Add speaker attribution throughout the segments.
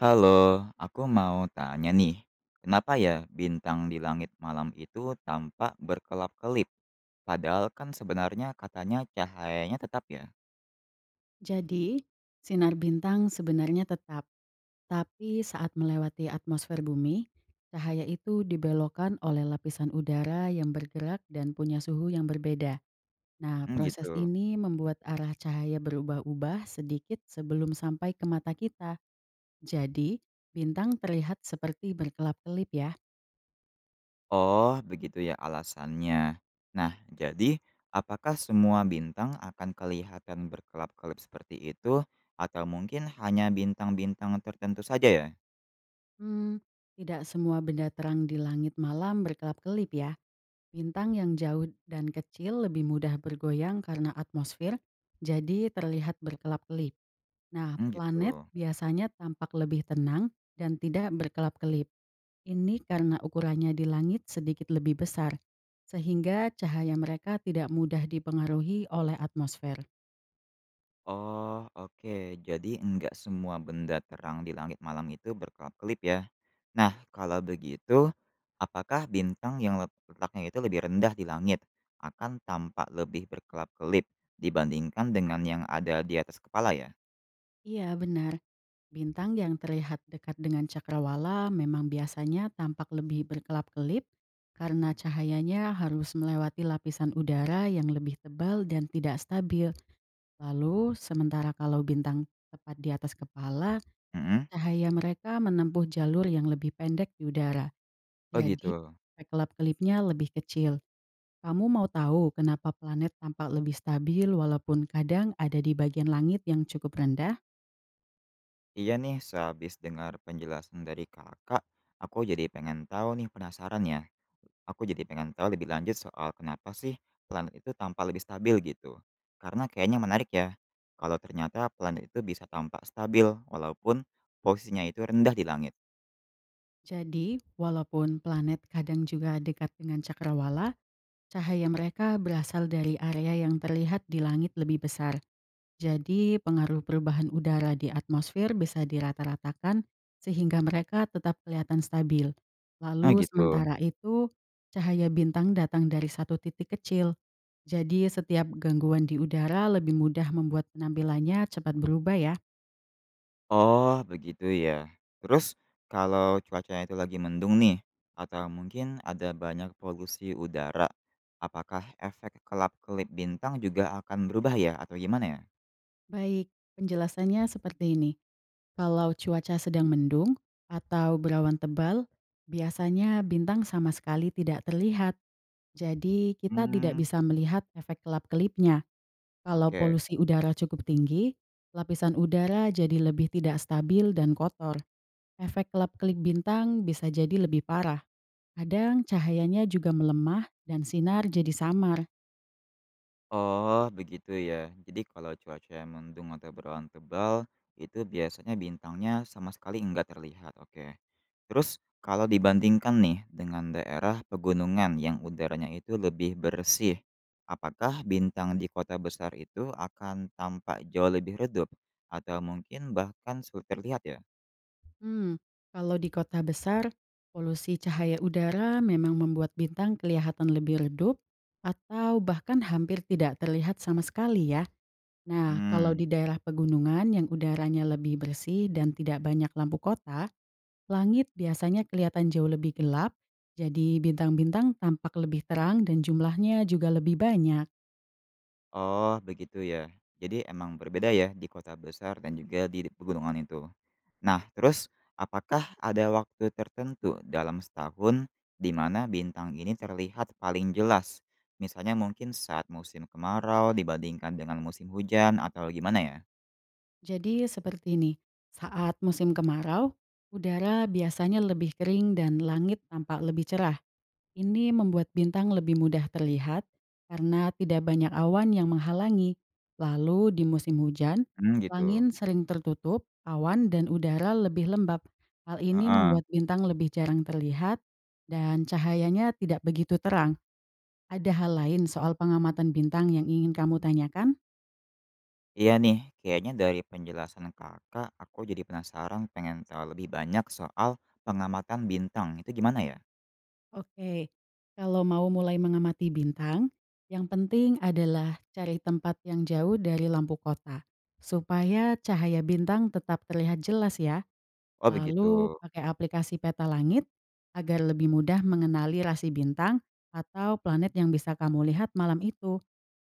Speaker 1: Halo, aku mau tanya nih, kenapa ya bintang di langit malam itu tampak berkelap-kelip? Padahal kan sebenarnya katanya cahayanya tetap ya?
Speaker 2: Jadi, sinar bintang sebenarnya tetap, tapi saat melewati atmosfer bumi, cahaya itu dibelokkan oleh lapisan udara yang bergerak dan punya suhu yang berbeda. Nah,
Speaker 1: Hmm,
Speaker 2: proses
Speaker 1: gitu.
Speaker 2: ini membuat arah cahaya berubah-ubah sedikit sebelum sampai ke mata kita. Jadi, bintang terlihat seperti berkelap-kelip ya.
Speaker 1: Oh, begitu ya alasannya. Nah, jadi apakah semua bintang akan kelihatan berkelap-kelip seperti itu, atau mungkin hanya bintang-bintang tertentu saja ya?
Speaker 2: Hmm, tidak semua benda terang di langit malam berkelap-kelip ya. Bintang yang jauh dan kecil lebih mudah bergoyang karena atmosfer, jadi terlihat berkelap-kelip. Nah,
Speaker 1: Hmm,
Speaker 2: planet
Speaker 1: gitu.
Speaker 2: biasanya tampak lebih tenang dan tidak berkelap-kelip. Ini karena ukurannya di langit sedikit lebih besar, sehingga cahaya mereka tidak mudah dipengaruhi oleh atmosfer.
Speaker 1: Oh, oke. Jadi enggak semua benda terang di langit malam itu berkelap-kelip ya. Nah, kalau begitu, apakah bintang yang letaknya itu lebih rendah di langit akan tampak lebih berkelap-kelip dibandingkan dengan yang ada di atas kepala ya?
Speaker 2: Iya, benar. Bintang yang terlihat dekat dengan cakrawala memang biasanya tampak lebih berkelap-kelip karena cahayanya harus melewati lapisan udara yang lebih tebal dan tidak stabil. Lalu, sementara kalau bintang tepat di atas kepala,
Speaker 1: Mhm.
Speaker 2: cahaya mereka menempuh jalur yang lebih pendek di udara.
Speaker 1: Oh
Speaker 2: Jadi,
Speaker 1: gitu.
Speaker 2: efek kelap-kelipnya lebih kecil. Kamu mau tahu kenapa planet tampak lebih stabil walaupun kadang ada di bagian langit yang cukup rendah?
Speaker 1: Iya nih, sehabis dengar penjelasan dari kakak, aku jadi pengen tahu nih penasaran ya. Aku jadi pengen tahu lebih lanjut soal kenapa sih planet itu tampak lebih stabil gitu. Karena kayaknya menarik ya, kalau ternyata planet itu bisa tampak stabil walaupun posisinya itu rendah di langit.
Speaker 2: Jadi, walaupun planet kadang juga dekat dengan cakrawala, cahaya mereka berasal dari area yang terlihat di langit lebih besar. Jadi, pengaruh perubahan udara di atmosfer bisa dirata-ratakan sehingga mereka tetap kelihatan stabil.
Speaker 1: Ah
Speaker 2: Lalu,
Speaker 1: gitu.
Speaker 2: sementara itu, cahaya bintang datang dari satu titik kecil. Jadi, setiap gangguan di udara lebih mudah membuat penampilannya cepat berubah ya.
Speaker 1: Oh begitu ya. Terus kalau cuacanya itu lagi mendung nih, atau mungkin ada banyak polusi udara, apakah efek kelap-kelip bintang juga akan berubah ya atau gimana ya?
Speaker 2: Baik, penjelasannya seperti ini. Kalau cuaca sedang mendung atau berawan tebal, biasanya bintang sama sekali tidak terlihat. Jadi kita tidak
Speaker 1: Hmm,
Speaker 2: bisa melihat efek kelap-kelipnya. Kalau
Speaker 1: oke.
Speaker 2: polusi udara cukup tinggi, lapisan udara jadi lebih tidak stabil dan kotor. Efek kelap-kelip bintang bisa jadi lebih parah. Kadang cahayanya juga melemah dan sinar jadi samar.
Speaker 1: Oh, begitu ya. Jadi kalau cuaca yang mendung atau berlawan tebal, itu biasanya bintangnya sama sekali enggak terlihat. Oke. Terus kalau dibandingkan nih dengan daerah pegunungan yang udaranya itu lebih bersih, apakah bintang di kota besar itu akan tampak jauh lebih redup atau mungkin bahkan sulit terlihat ya?
Speaker 2: Mmm, Kalau di kota besar, polusi cahaya udara memang membuat bintang kelihatan lebih redup atau bahkan hampir tidak terlihat sama sekali ya. Nah, kalau di
Speaker 1: Hmm.
Speaker 2: daerah pegunungan yang udaranya lebih bersih dan tidak banyak lampu kota, langit biasanya kelihatan jauh lebih gelap, jadi bintang-bintang tampak lebih terang dan jumlahnya juga lebih banyak.
Speaker 1: Oh, begitu ya. Jadi emang berbeda ya di kota besar dan juga di pegunungan itu. Nah, terus apakah ada waktu tertentu dalam setahun di mana bintang ini terlihat paling jelas? Misalnya mungkin saat musim kemarau dibandingkan dengan musim hujan atau gimana ya?
Speaker 2: Jadi seperti ini, saat musim kemarau, udara biasanya lebih kering dan langit tampak lebih cerah. Ini membuat bintang lebih mudah terlihat karena tidak banyak awan yang menghalangi. Lalu di musim hujan,
Speaker 1: Mmm, gitu.
Speaker 2: langit sering tertutup, awan dan udara lebih lembab. Hal ini
Speaker 1: Heeh.
Speaker 2: membuat bintang lebih jarang terlihat dan cahayanya tidak begitu terang. Ada hal lain soal pengamatan bintang yang ingin kamu tanyakan?
Speaker 1: Iya nih, kayaknya dari penjelasan Kakak aku jadi penasaran pengen tahu lebih banyak soal pengamatan bintang, itu gimana ya?
Speaker 2: Oke, kalau mau mulai mengamati bintang, yang penting adalah cari tempat yang jauh dari lampu kota, supaya cahaya bintang tetap terlihat jelas ya.
Speaker 1: Oh begitu.
Speaker 2: Lalu pakai aplikasi peta langit agar lebih mudah mengenali rasi bintang atau planet yang bisa kamu lihat malam itu.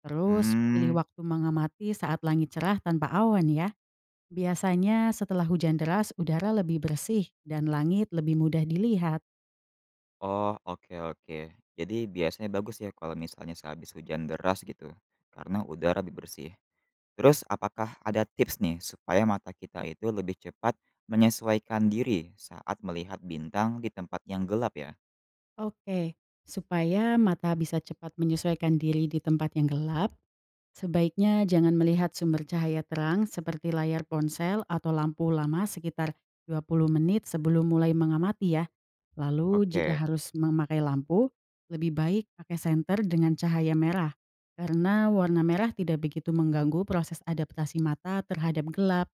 Speaker 2: Terus
Speaker 1: Mmm.
Speaker 2: pilih waktu mengamati saat langit cerah tanpa awan ya. Biasanya setelah hujan deras, udara lebih bersih dan langit lebih mudah dilihat.
Speaker 1: Oh, oke oke. Jadi biasanya bagus ya kalau misalnya sehabis hujan deras gitu, karena udara lebih bersih. Terus apakah ada tips nih supaya mata kita itu lebih cepat menyesuaikan diri saat melihat bintang di tempat yang gelap ya?
Speaker 2: Oke, supaya mata bisa cepat menyesuaikan diri di tempat yang gelap, sebaiknya jangan melihat sumber cahaya terang seperti layar ponsel atau lampu lama sekitar 20 menit sebelum mulai mengamati ya. Lalu jika
Speaker 1: Oke.
Speaker 2: harus memakai lampu, lebih baik pakai senter dengan cahaya merah karena warna merah tidak begitu mengganggu proses adaptasi mata terhadap gelap.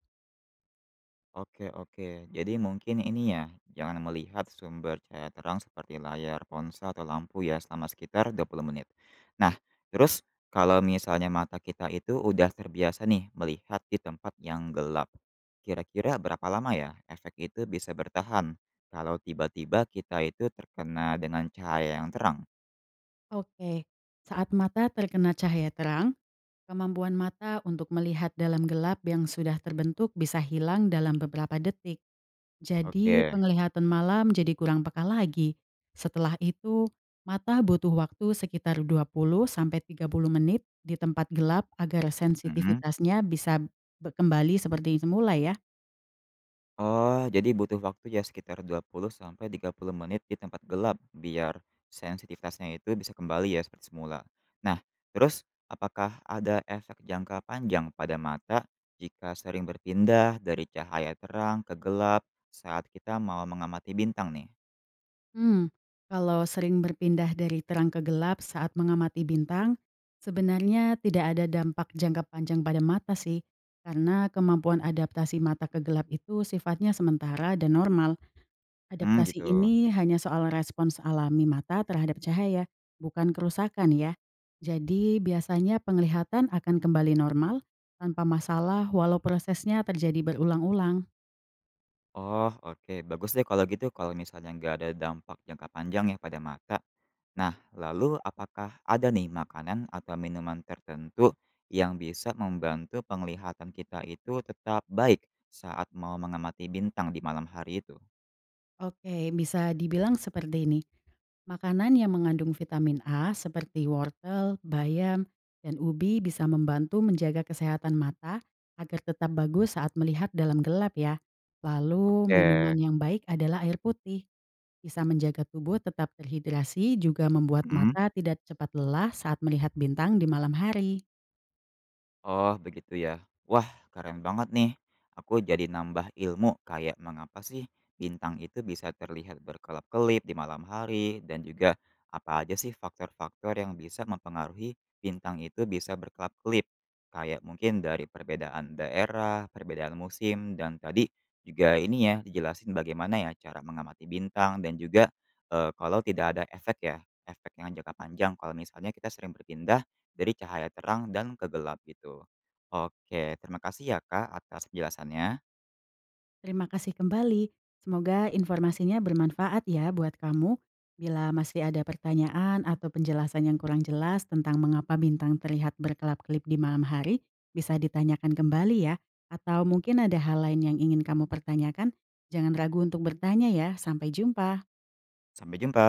Speaker 1: Oke oke. Jadi mungkin ini ya, jangan melihat sumber cahaya terang seperti layar ponsel atau lampu ya selama sekitar 20 menit. Nah, terus kalau misalnya mata kita itu udah terbiasa nih melihat di tempat yang gelap, kira-kira berapa lama ya efek itu bisa bertahan kalau tiba-tiba kita itu terkena dengan cahaya yang terang?
Speaker 2: Oke, saat mata terkena cahaya terang, kemampuan mata untuk melihat dalam gelap yang sudah terbentuk bisa hilang dalam beberapa detik. Jadi,
Speaker 1: Oke.
Speaker 2: penglihatan malam jadi kurang peka lagi. Setelah itu, mata butuh waktu sekitar 20 sampai 30 menit di tempat gelap agar
Speaker 1: Mhm.
Speaker 2: sensitivitasnya bisa kembali seperti semula ya.
Speaker 1: Oh, jadi butuh waktu ya sekitar 20 sampai 30 menit di tempat gelap biar sensitivitasnya itu bisa kembali ya seperti semula. Nah, terus apakah ada efek jangka panjang pada mata jika sering berpindah dari cahaya terang ke gelap saat kita mau mengamati bintang nih?
Speaker 2: Hmm, kalau sering berpindah dari terang ke gelap saat mengamati bintang, sebenarnya tidak ada dampak jangka panjang pada mata sih, karena kemampuan adaptasi mata ke gelap itu sifatnya sementara dan normal.
Speaker 1: Hmm,
Speaker 2: Adaptasi
Speaker 1: gitu.
Speaker 2: ini hanya soal respons alami mata terhadap cahaya, bukan kerusakan ya. Jadi biasanya penglihatan akan kembali normal tanpa masalah walau prosesnya terjadi berulang-ulang.
Speaker 1: Oh, oke. Bagus deh kalau gitu, kalau misalnya nggak ada dampak jangka panjang ya pada mata. Nah, lalu apakah ada nih makanan atau minuman tertentu yang bisa membantu penglihatan kita itu tetap baik saat mau mengamati bintang di malam hari itu?
Speaker 2: Oke, bisa dibilang seperti ini. Makanan yang mengandung vitamin A seperti wortel, bayam, dan ubi bisa membantu menjaga kesehatan mata agar tetap bagus saat melihat dalam gelap ya. Lalu
Speaker 1: Oke.
Speaker 2: minuman yang baik adalah air putih. Bisa menjaga tubuh tetap terhidrasi juga membuat
Speaker 1: Mhm.
Speaker 2: mata tidak cepat lelah saat melihat bintang di malam hari.
Speaker 1: Oh, begitu ya. Wah, keren banget nih. Aku jadi nambah ilmu kayak mengapa sih bintang itu bisa terlihat berkelap-kelip di malam hari dan juga apa aja sih faktor-faktor yang bisa mempengaruhi bintang itu bisa berkelap-kelip. Kayak mungkin dari perbedaan daerah, perbedaan musim, dan tadi juga ini ya dijelasin bagaimana ya cara mengamati bintang dan juga kalau tidak ada efek ya, efek yang jangka panjang kalau misalnya kita sering berpindah dari cahaya terang dan kegelap gitu. Oke, terima kasih ya Kak atas penjelasannya.
Speaker 2: Terima kasih kembali. Semoga informasinya bermanfaat ya buat kamu. Bila masih ada pertanyaan atau penjelasan yang kurang jelas tentang mengapa bintang terlihat berkelap-kelip di malam hari, bisa ditanyakan kembali ya. Atau mungkin ada hal lain yang ingin kamu pertanyakan, jangan ragu untuk bertanya ya. Sampai jumpa.
Speaker 1: Sampai jumpa.